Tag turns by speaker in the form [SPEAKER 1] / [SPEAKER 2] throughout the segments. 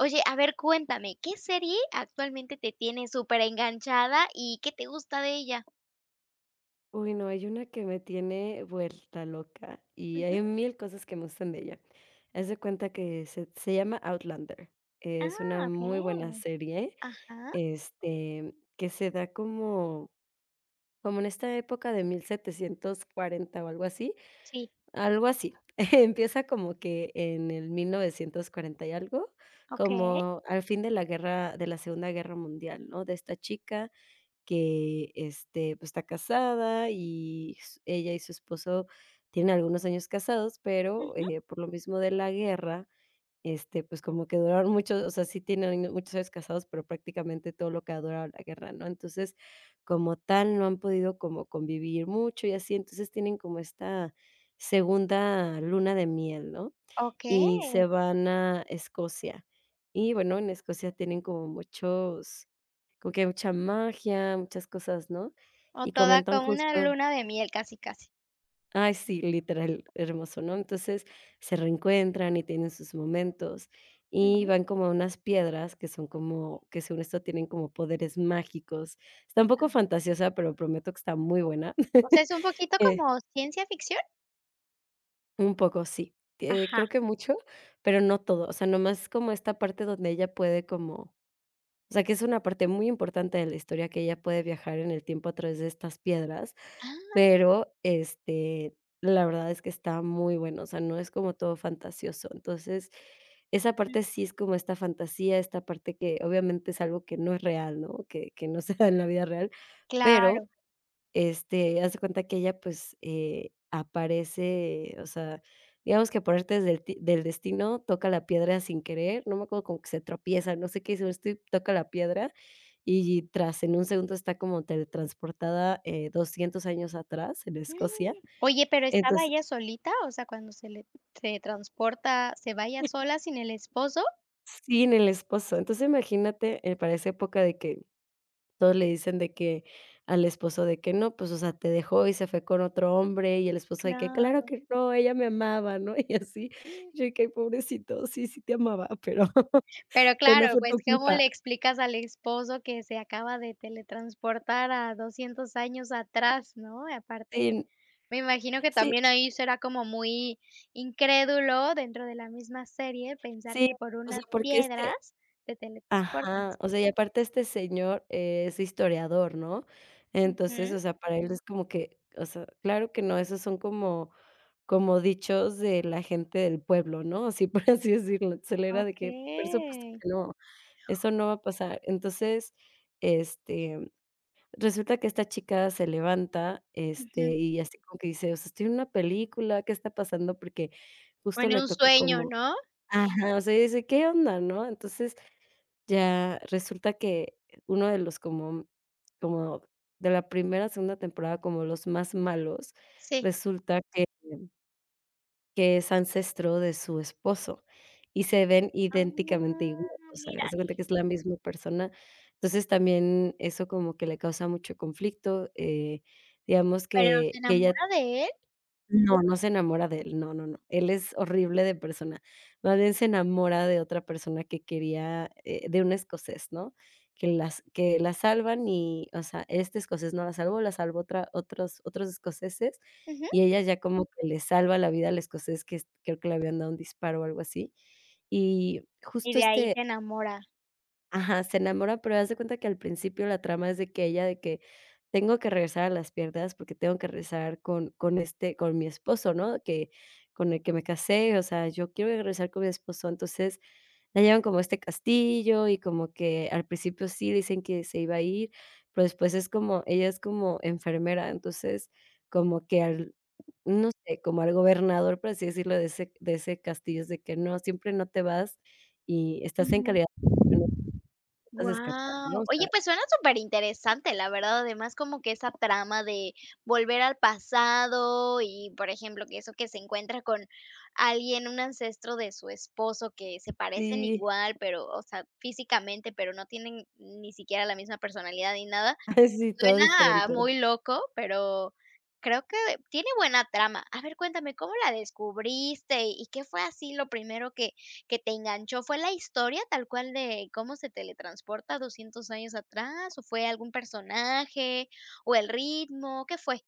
[SPEAKER 1] Oye, a ver, cuéntame, ¿qué serie actualmente te tiene superenganchada y qué te gusta de ella?
[SPEAKER 2] Uy, no, hay una que me tiene vuelta loca y
[SPEAKER 1] Ujú.
[SPEAKER 2] hay mil cosas que me gustan de ella. Haz de cuenta que se llama Outlander. Es una
[SPEAKER 1] Ah,
[SPEAKER 2] muy buena
[SPEAKER 1] okey.
[SPEAKER 2] serie,
[SPEAKER 1] Ajá,
[SPEAKER 2] que se da como en esta época de 1740 o algo así,
[SPEAKER 1] sí.
[SPEAKER 2] algo así. Empieza como que en el 1940 y algo,
[SPEAKER 1] Okey.
[SPEAKER 2] como al fin de la guerra, de la Segunda Guerra Mundial, ¿no? De esta chica que, pues, está casada y s ella y su esposo tienen algunos años casados, pero,
[SPEAKER 1] Ujú.
[SPEAKER 2] por lo mismo de la guerra, pues, como que duraron muchos o sea, sí tienen muchos años casados, pero prácticamente todo lo que ha durado la guerra, ¿no? Entonces, como tal, no han podido como convivir mucho y así, entonces tienen como esta segunda luna de miel, ¿no?
[SPEAKER 1] Okey.
[SPEAKER 2] Y se van a Escocia. Y bueno, en Escocia tienen como muchos como que hay mucha magia, muchas cosas, ¿no?
[SPEAKER 1] O
[SPEAKER 2] Y
[SPEAKER 1] toda
[SPEAKER 2] comentan
[SPEAKER 1] como una
[SPEAKER 2] justo
[SPEAKER 1] luna de miel, casi, casi.
[SPEAKER 2] ay, sí, literal, hermoso, ¿no? Entonces, se reencuentran y tienen sus momentos, y
[SPEAKER 1] Ujú.
[SPEAKER 2] van como a unas piedras que son como que según esto tienen como poderes mágicos. Está un poco fantasiosa, pero prometo que está muy buena.
[SPEAKER 1] O sea, es un poquito
[SPEAKER 2] Eh,
[SPEAKER 1] como ciencia ficción.
[SPEAKER 2] un poco, sí. Creo
[SPEAKER 1] Ajá.
[SPEAKER 2] que mucho, pero no todo. O sea, nomás como esta parte donde ella puede como O sea, que es una parte muy importante de la historia que ella puede viajar en el tiempo a través de estas piedras,
[SPEAKER 1] Ah.
[SPEAKER 2] pero, la verdad es que está muy bueno, o sea, no es como todo fantasioso. Entonces, esa
[SPEAKER 1] Mm,
[SPEAKER 2] parte sí es como esta fantasía, esta parte que obviamente es algo que no es real, ¿no? Que no se da en la vida real, pero
[SPEAKER 1] claro.
[SPEAKER 2] haz de cuenta que ella, pues, aparece, o sea, digamos que por artes del destino, toca la piedra sin querer, no me acuerdo, como que se tropieza, no sé qué, según estoy, toca la piedra, y tras, en un segundo está como teletransportada, 200 años atrás, en Escocia.
[SPEAKER 1] Mm. Oye, pero, ¿estaba
[SPEAKER 2] Entonces
[SPEAKER 1] ella solita? O sea, cuando se transporta, ¿se va ella sola sin el esposo?
[SPEAKER 2] sin el esposo. Entonces, imagínate, para esa época de que todos le dicen de que al esposo de que: "No, pues, o sea, te dejó y se fue con otro hombre", y el esposo de que: "Claro
[SPEAKER 1] Claro.
[SPEAKER 2] que no, ella me amaba", ¿no? Y así,
[SPEAKER 1] Mm.
[SPEAKER 2] yo de que: "Ay, pobrecito, sí, sí te amaba, pero
[SPEAKER 1] Pero
[SPEAKER 2] pero no
[SPEAKER 1] claro,
[SPEAKER 2] fue
[SPEAKER 1] pues,
[SPEAKER 2] tu
[SPEAKER 1] ¿cómo
[SPEAKER 2] culpa".
[SPEAKER 1] le explicas al esposo que se acaba de teletransportar a 200 años atrás, no? Y aparte,
[SPEAKER 2] Sí,
[SPEAKER 1] me imagino que
[SPEAKER 2] sí,
[SPEAKER 1] también ahí será como muy incrédulo dentro de la misma serie pensar
[SPEAKER 2] sí,
[SPEAKER 1] que por
[SPEAKER 2] o sea,
[SPEAKER 1] unas
[SPEAKER 2] porque,
[SPEAKER 1] piedras te
[SPEAKER 2] ajá,
[SPEAKER 1] teletransportas.
[SPEAKER 2] o sea, y aparte este señor es historiador, ¿no? Entonces,
[SPEAKER 1] Ujú.
[SPEAKER 2] o sea, para él es como que, o sea, claro que no, esos son como dichos de la gente del pueblo, ¿no? Así, por así decirlo. Entonces, él era de que, por supuesto
[SPEAKER 1] Okey.
[SPEAKER 2] que no, eso no va a pasar. Entonces, este, resulta que esta chica se levanta,
[SPEAKER 1] Ujú.
[SPEAKER 2] y así como que dice: "O sea, estoy en una película, ¿qué está pasando?". Porque
[SPEAKER 1] ¿O
[SPEAKER 2] justo
[SPEAKER 1] en
[SPEAKER 2] le
[SPEAKER 1] un
[SPEAKER 2] toca
[SPEAKER 1] sueño,
[SPEAKER 2] como
[SPEAKER 1] no?
[SPEAKER 2] ajá, o sea, ella dice: "¿Qué onda?", ¿no? Entonces, ya resulta que uno de los como de la primera, segunda temporada, como los más malos,
[SPEAKER 1] Sí.
[SPEAKER 2] resulta que es ancestro de su esposo y se ven idénticamente
[SPEAKER 1] Ah,
[SPEAKER 2] igual, o sea,
[SPEAKER 1] mira,
[SPEAKER 2] haz de cuenta que es la misma persona. Entonces, también eso como que le causa mucho conflicto, digamos
[SPEAKER 1] pero ¿se
[SPEAKER 2] que ella
[SPEAKER 1] enamora de él?
[SPEAKER 2] no, no se enamora de él, no, no, no. Él es horrible de persona. Más bien se enamora de otra persona que quería, de un escocés, ¿no? Que las que la salvan y, o sea, este escocés no la salvó, la salvó otra otros otros escoceses,
[SPEAKER 1] Ujú.
[SPEAKER 2] y ella ya como que le salva la vida al escocés que es creo que le habían dado un disparo o algo así. Y
[SPEAKER 1] Y
[SPEAKER 2] justo
[SPEAKER 1] de ahí se enamora.
[SPEAKER 2] ajá, se enamora, pero haz de cuenta que al principio la trama es de que ella de que: "Tengo que regresar a las piedras porque tengo que regresar con mi esposo, ¿no?, que con el que me casé, o sea, yo quiero regresar con mi esposo". Entonces, la llevan como a este castillo y como que al principio sí dicen que se iba a ir, pero después es como ella es como enfermera, entonces, como que al no sé, como al gobernador, por así decirlo, de ese castillo, es de que: "No, siempre no te vas y estás en
[SPEAKER 1] Ujú.
[SPEAKER 2] calidad Tratas de escapar, ¿no?
[SPEAKER 1] Wow.
[SPEAKER 2] O sea
[SPEAKER 1] Oye, pues suena súper interesante, la verdad, además como que esa trama de volver al pasado y, por ejemplo, que eso que se encuentra con alguien, un ancestro de su esposo que se parecen
[SPEAKER 2] Sí,
[SPEAKER 1] igual, pero, o sea, físicamente, pero no tienen ni siquiera la misma personalidad ni nada.
[SPEAKER 2] sí, todo
[SPEAKER 1] Suena
[SPEAKER 2] diferente.
[SPEAKER 1] muy loco, pero creo que tiene buena trama. A ver, cuéntame, ¿cómo la descubriste? ¿Y qué fue así lo primero que te enganchó? ¿Fue la historia tal cual de cómo se teletransporta 200 años atrás, o fue algún personaje, o el ritmo? ¿Qué fue?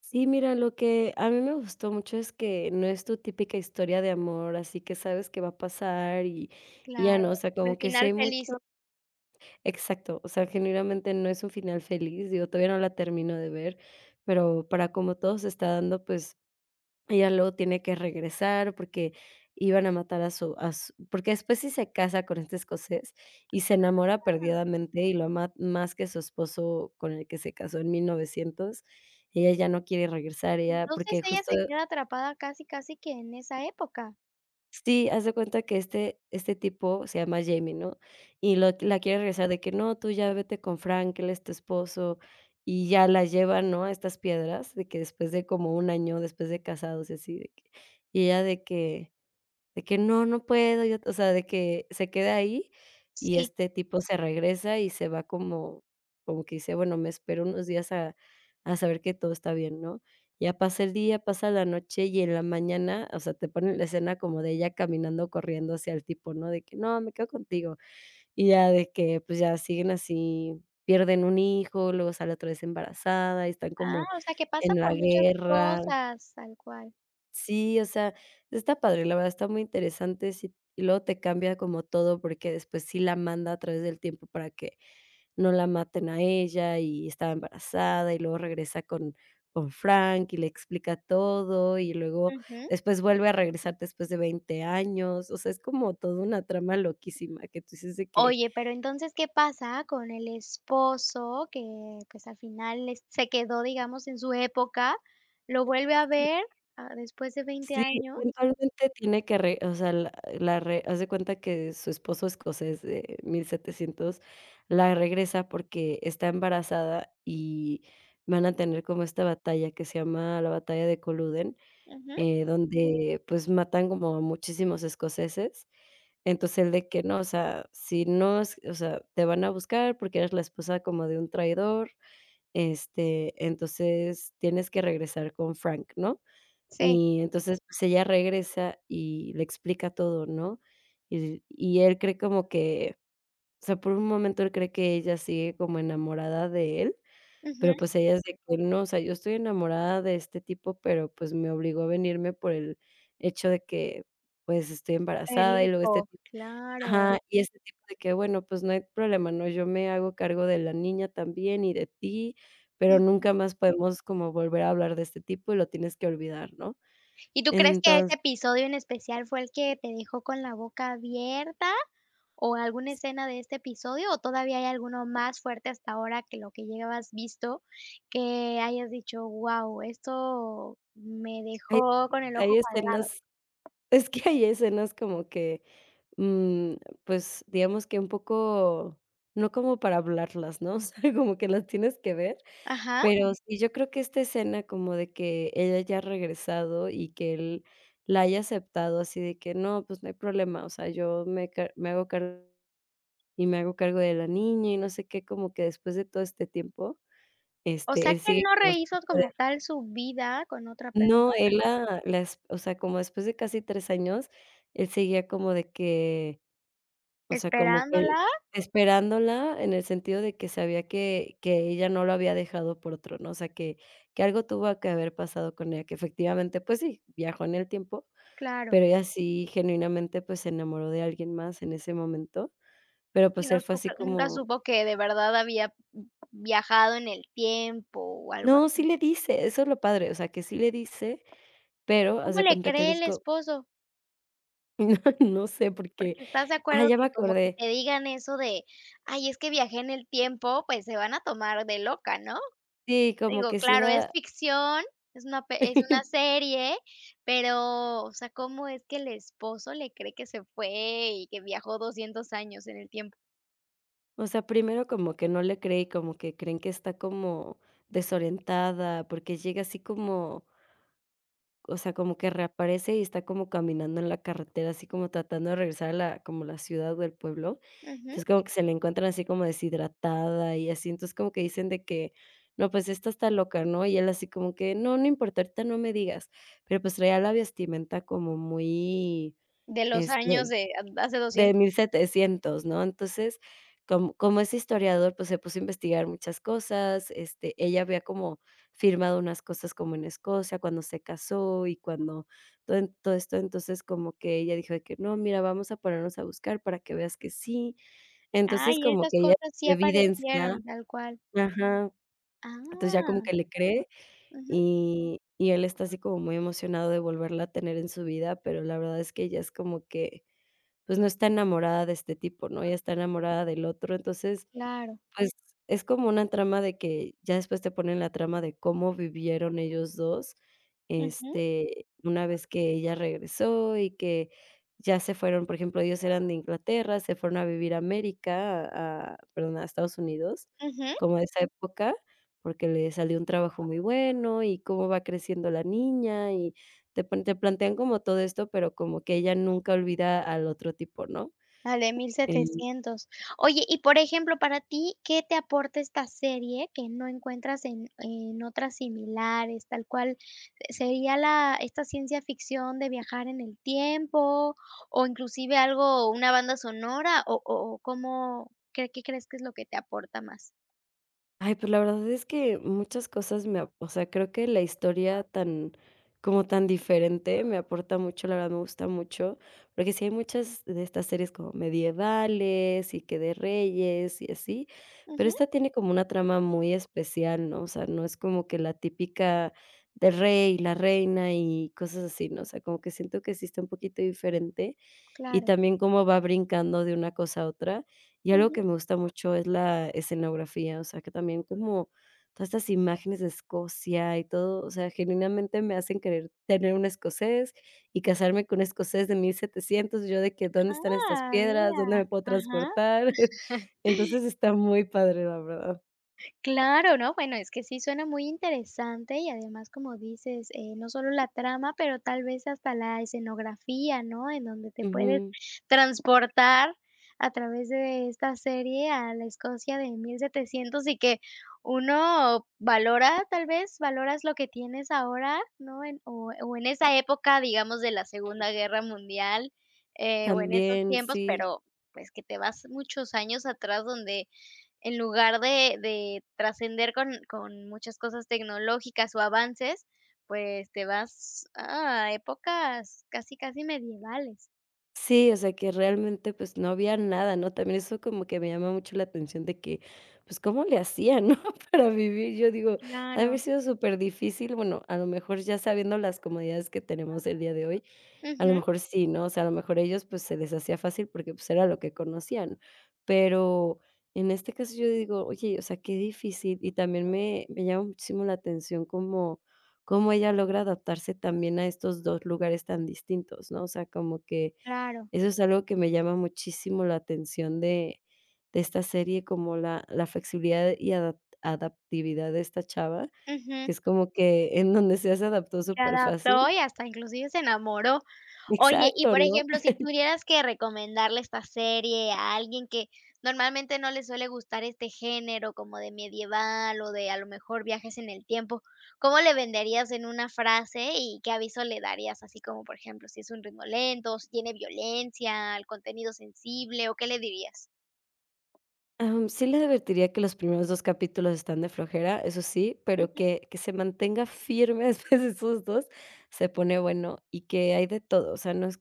[SPEAKER 2] Sí, mira, lo que a mí me gustó mucho es que no es tu típica historia de amor, así que sabes que va a pasar y ya
[SPEAKER 1] Claro.
[SPEAKER 2] no, o sea,
[SPEAKER 1] ¿Fue el
[SPEAKER 2] como que sí hay
[SPEAKER 1] final feliz?
[SPEAKER 2] mucho exacto, o sea, genuinamente no es un final feliz, digo, todavía no la termino de ver, pero para como todo se está dando, pues ella luego tiene que regresar porque iban a matar a su porque después sí se casa con este escocés y se enamora
[SPEAKER 1] Ah.
[SPEAKER 2] perdidamente y lo ama más que su esposo con el que se casó en 1900. Ella ya no quiere regresar, ella
[SPEAKER 1] Entonces
[SPEAKER 2] porque
[SPEAKER 1] ella
[SPEAKER 2] justo
[SPEAKER 1] se queda atrapada casi, casi que en esa época.
[SPEAKER 2] sí, haz de cuenta que este tipo se llama Jamie, ¿no? Y lo la quiere regresar de que: "No, tú ya vete con Frank, él es tu esposo", y ya la lleva, ¿no?, a estas piedras, de que después de como un año, después de casados y así de que y ella de que de que: "No, no puedo", y, o sea, de que se queda ahí, y
[SPEAKER 1] Sí.
[SPEAKER 2] este tipo se regresa y se va como que dice: "Bueno, me espero unos días a saber que todo está bien", ¿no? Ya pasa el día, pasa la noche, y en la mañana, o sea, te ponen la escena como de ella caminando, corriendo hacia el tipo, ¿no? De que: "No, me quedo contigo". Y ya de que, pues, ya siguen así, pierden un hijo, luego sale otra vez embarazada, y están
[SPEAKER 1] Ah,
[SPEAKER 2] como
[SPEAKER 1] o sea, que
[SPEAKER 2] en
[SPEAKER 1] pasa
[SPEAKER 2] la
[SPEAKER 1] por muchas
[SPEAKER 2] guerra.
[SPEAKER 1] cosas. Tal cual.
[SPEAKER 2] Sí, o sea, está padre, la verdad está muy interesante, sí, y luego te cambia como todo, porque después sí la manda a través del tiempo para que no la maten a ella, y estaba embarazada, y luego regresa con Frank, y le explica todo, y luego
[SPEAKER 1] Ujú.
[SPEAKER 2] después vuelve a regresar después de 20 años. O sea, es como toda una trama loquísima que tú dices de que
[SPEAKER 1] Oye, pero entonces, ¿qué pasa con el esposo que, pues, al final es se quedó, digamos, en su época? ¿Lo vuelve a
[SPEAKER 2] sí,
[SPEAKER 1] ver, ah, después de 20
[SPEAKER 2] sí,
[SPEAKER 1] años?
[SPEAKER 2] eventualmente tiene que re o sea, la la re haz de cuenta que su esposo escocés de 1700 la regresa porque está embarazada y van a tener como esta batalla que se llama la batalla de Coluden,
[SPEAKER 1] Ujú,
[SPEAKER 2] donde, pues, matan como a muchísimos escoceses. Entonces, el de que no, o sea, si no es o sea, te van a buscar porque eres la esposa como de un traidor, entonces tienes que regresar con Frank, ¿no?
[SPEAKER 1] sí,
[SPEAKER 2] Y entonces, pues, ella regresa y le explica todo, ¿no? Y él cree como que, o sea, por un momento él cree que ella sigue como enamorada de él,
[SPEAKER 1] ujú,
[SPEAKER 2] pero, pues, ella es de que: "No, o sea, yo estoy enamorada de este tipo, pero, pues, me obligó a venirme por el hecho de que, pues, estoy
[SPEAKER 1] el
[SPEAKER 2] embarazada", y luego este
[SPEAKER 1] hijo,
[SPEAKER 2] tipo
[SPEAKER 1] claro.
[SPEAKER 2] ajá, y este tipo de que: "Bueno, pues, no hay problema, ¿no? Yo me hago cargo de la niña también y de ti, pero
[SPEAKER 1] Mm,
[SPEAKER 2] nunca más podemos como volver a hablar de este tipo y lo tienes que olvidar", ¿no?
[SPEAKER 1] ¿y tú crees que ese
[SPEAKER 2] Entonces,
[SPEAKER 1] episodio en especial fue el que te dejó con la boca abierta? ¿O alguna escena de este episodio, o todavía hay alguno más fuerte hasta ahora que lo que llevas visto, que hayas dicho: "Guau, esto me
[SPEAKER 2] Hay
[SPEAKER 1] dejó con el
[SPEAKER 2] hay
[SPEAKER 1] ojo cuadrado"?
[SPEAKER 2] escenas es que hay escenas como que, mm, pues, digamos que un poco, no como para hablarlas, ¿no? O sea, como que las tienes que ver,
[SPEAKER 1] Ajá.
[SPEAKER 2] pero sí, yo creo que esta escena como de que ella haya ha regresado y que él la haya aceptado así de que: "No, pues, no hay problema, o sea, yo me hago cargo y me hago cargo de la niña", y no sé qué, como que después de todo este tiempo,
[SPEAKER 1] O sea,
[SPEAKER 2] él
[SPEAKER 1] que él
[SPEAKER 2] sigue
[SPEAKER 1] no
[SPEAKER 2] como
[SPEAKER 1] rehizo como tal su vida con otra
[SPEAKER 2] no,
[SPEAKER 1] persona,
[SPEAKER 2] él la es o sea, como después de casi 3 años, él seguía como de que, o sea, como que
[SPEAKER 1] esperándola,
[SPEAKER 2] esperándola en el sentido de que sabía que ella no lo había dejado por otro, ¿no? O sea, que algo tuvo que haber pasado con ella, que efectivamente, pues sí, viajó en el tiempo,
[SPEAKER 1] claro.
[SPEAKER 2] pero ella sí genuinamente, pues, se enamoró de alguien más en ese momento, pero,
[SPEAKER 1] Y
[SPEAKER 2] pues,
[SPEAKER 1] no
[SPEAKER 2] él fue así
[SPEAKER 1] supe nunca
[SPEAKER 2] como
[SPEAKER 1] supo que de verdad había viajado en el tiempo o algo
[SPEAKER 2] no, sí
[SPEAKER 1] así.
[SPEAKER 2] le dice, eso es lo padre, o sea, que sí le dice, pero haz
[SPEAKER 1] ¿Cómo
[SPEAKER 2] de
[SPEAKER 1] le
[SPEAKER 2] cuenta que él
[SPEAKER 1] cree
[SPEAKER 2] es
[SPEAKER 1] el
[SPEAKER 2] co
[SPEAKER 1] esposo?
[SPEAKER 2] no sé, porque
[SPEAKER 1] Porque estás de
[SPEAKER 2] ah,
[SPEAKER 1] acuerdo
[SPEAKER 2] ya me
[SPEAKER 1] que como que
[SPEAKER 2] acordé.
[SPEAKER 1] te digan eso de: "Ay, es que viajé en el tiempo", pues se van a tomar de loca, ¿no?
[SPEAKER 2] Sí, como
[SPEAKER 1] Digo,
[SPEAKER 2] que sí
[SPEAKER 1] claro, es
[SPEAKER 2] era.
[SPEAKER 1] ficción, es una pe es una serie, pero, o sea, ¿cómo es que el esposo le cree que se fue y que viajó 200 años en el tiempo?
[SPEAKER 2] O sea, primero como que no le creí, como que creen que está como desorientada, porque llega así como, o sea, como que reaparece y está como caminando en la carretera, así como tratando de regresar a la como la ciudad o el pueblo.
[SPEAKER 1] Ujú.
[SPEAKER 2] Entonces, como que se le encuentran así como deshidratada y así. Entonces, como que dicen de que: "No, pues esta está loca", ¿no? Y él así como que: "No, no importa, ahorita no me digas". Pero, pues, traía la vestimenta como muy,
[SPEAKER 1] De los años
[SPEAKER 2] este
[SPEAKER 1] de hace
[SPEAKER 2] de
[SPEAKER 1] 200.
[SPEAKER 2] 1700, ¿no? Entonces, como es historiador, pues, se puso a investigar muchas cosas, este, ella había como firmado unas cosas como en Escocia cuando se casó y cuando todo en todo esto, entonces, como que ella dijo de que: "No, mira, vamos a ponernos a buscar para que veas que sí". Entonces,
[SPEAKER 1] Ay,
[SPEAKER 2] como
[SPEAKER 1] esas
[SPEAKER 2] que ella
[SPEAKER 1] cosas sí
[SPEAKER 2] evidencia,
[SPEAKER 1] aparecieron, tal cual.
[SPEAKER 2] ajá, entonces ya como
[SPEAKER 1] Ah.
[SPEAKER 2] que le cree
[SPEAKER 1] Ujú.
[SPEAKER 2] y él está así como muy emocionado de volverla a tener en su vida, pero la verdad es que ella es como que, pues, no está enamorada de este tipo, ¿no? Ella está enamorada del otro, entonces,
[SPEAKER 1] Claro.
[SPEAKER 2] pues, es como una trama de que ya después te ponen la trama de cómo vivieron ellos 2,
[SPEAKER 1] Ujú,
[SPEAKER 2] este, una vez que ella regresó y que ya se fueron, por ejemplo, ellos eran de Inglaterra, se fueron a vivir a América, a perdón, a Estados Unidos,
[SPEAKER 1] ujú.
[SPEAKER 2] como de esa época, porque le salió un trabajo muy bueno y cómo va creciendo la niña, y te plantean como todo esto, pero como que ella nunca olvida al otro tipo, ¿no?
[SPEAKER 1] La de mil
[SPEAKER 2] Em
[SPEAKER 1] setecientos. Oye, y por ejemplo, para ti, ¿qué te aporta esta serie que no encuentras en otras similares? Tal cual, ¿sería la esta ciencia ficción de viajar en el tiempo, o inclusive algo, una banda sonora, o cómo qué crees que es lo que te aporta más?
[SPEAKER 2] Ay, pues la verdad es que muchas cosas me ap o sea, creo que la historia tan como tan diferente me aporta mucho, la verdad me gusta mucho, porque sí hay muchas de estas series como medievales y que de reyes y así, pero
[SPEAKER 1] Ujú,
[SPEAKER 2] esta tiene como una trama muy especial, ¿no? O sea, no es como que la típica del rey, la reina y cosas así, ¿no? O sea, como que siento que sí está un poquito diferente y
[SPEAKER 1] claro.
[SPEAKER 2] también cómo va brincando de una cosa a otra. Y algo
[SPEAKER 1] Ujú.
[SPEAKER 2] que me gusta mucho es la escenografía, o sea, que también como todas estas imágenes de Escocia y todo, o sea, genuinamente me hacen querer tener un escocés y casarme con un escocés de 1700, y yo de que, ¿dónde están estas
[SPEAKER 1] Ah,
[SPEAKER 2] piedras? ¿Dónde
[SPEAKER 1] mira.
[SPEAKER 2] me puedo
[SPEAKER 1] Ajá.
[SPEAKER 2] transportar? Entonces, está muy padre, la verdad.
[SPEAKER 1] Claro, ¿no? Bueno, es que sí suena muy interesante y además, como dices, no solo la trama, pero tal vez hasta la escenografía, ¿no? En donde te puedes
[SPEAKER 2] Ujú.
[SPEAKER 1] transportar a través de esta serie a la Escocia de 1700 y que uno valora, tal vez, valoras lo que tienes ahora, ¿no? En, o en esa época, digamos, de la Segunda Guerra Mundial o en esos
[SPEAKER 2] También,
[SPEAKER 1] tiempos,
[SPEAKER 2] sí.
[SPEAKER 1] pero pues que te vas muchos años atrás donde en lugar de trascender con muchas cosas tecnológicas o avances, pues te vas a épocas casi, casi medievales.
[SPEAKER 2] Sí, o sea, que realmente, pues, no había nada, ¿no? También eso como que me llama mucho la atención de que, pues, ¿cómo le hacían, no? Para vivir, yo digo, ha de haber
[SPEAKER 1] Claro.
[SPEAKER 2] sido súper difícil. Bueno, a lo mejor ya sabiendo las comodidades que tenemos el día de hoy, a lo
[SPEAKER 1] Ujú.
[SPEAKER 2] mejor sí, ¿no? O sea, a lo mejor ellos, pues, se les hacía fácil porque, pues, era lo que conocían. Pero en este caso yo digo: "Oye, o sea, qué difícil", y también me llama muchísimo la atención cómo ella logra adaptarse también a estos 2 lugares tan distintos, ¿no? O sea, como que
[SPEAKER 1] Claro.
[SPEAKER 2] eso es algo que me llama muchísimo la atención de esta serie, como la flexibilidad y adaptividad de esta chava,
[SPEAKER 1] Ujú.
[SPEAKER 2] que es como que en donde sea se adaptó
[SPEAKER 1] Se
[SPEAKER 2] súper
[SPEAKER 1] adaptó
[SPEAKER 2] fácil.
[SPEAKER 1] y hasta inclusive se enamoró. Oye, y
[SPEAKER 2] Exacto,
[SPEAKER 1] por
[SPEAKER 2] ¿no?
[SPEAKER 1] ejemplo, si tuvieras que recomendarle esta serie a alguien que normalmente no le suele gustar este género como de medieval o de a lo mejor viajes en el tiempo, ¿cómo le venderías en una frase y qué aviso le darías? Así como, por ejemplo, si es un ritmo lento, si tiene violencia, el contenido sensible o qué le dirías.
[SPEAKER 2] Sí le advertiría que los primeros 2 capítulos están de flojera, eso sí, pero que se mantenga firme después de esos 2 se pone bueno y que hay de todo, o sea, no es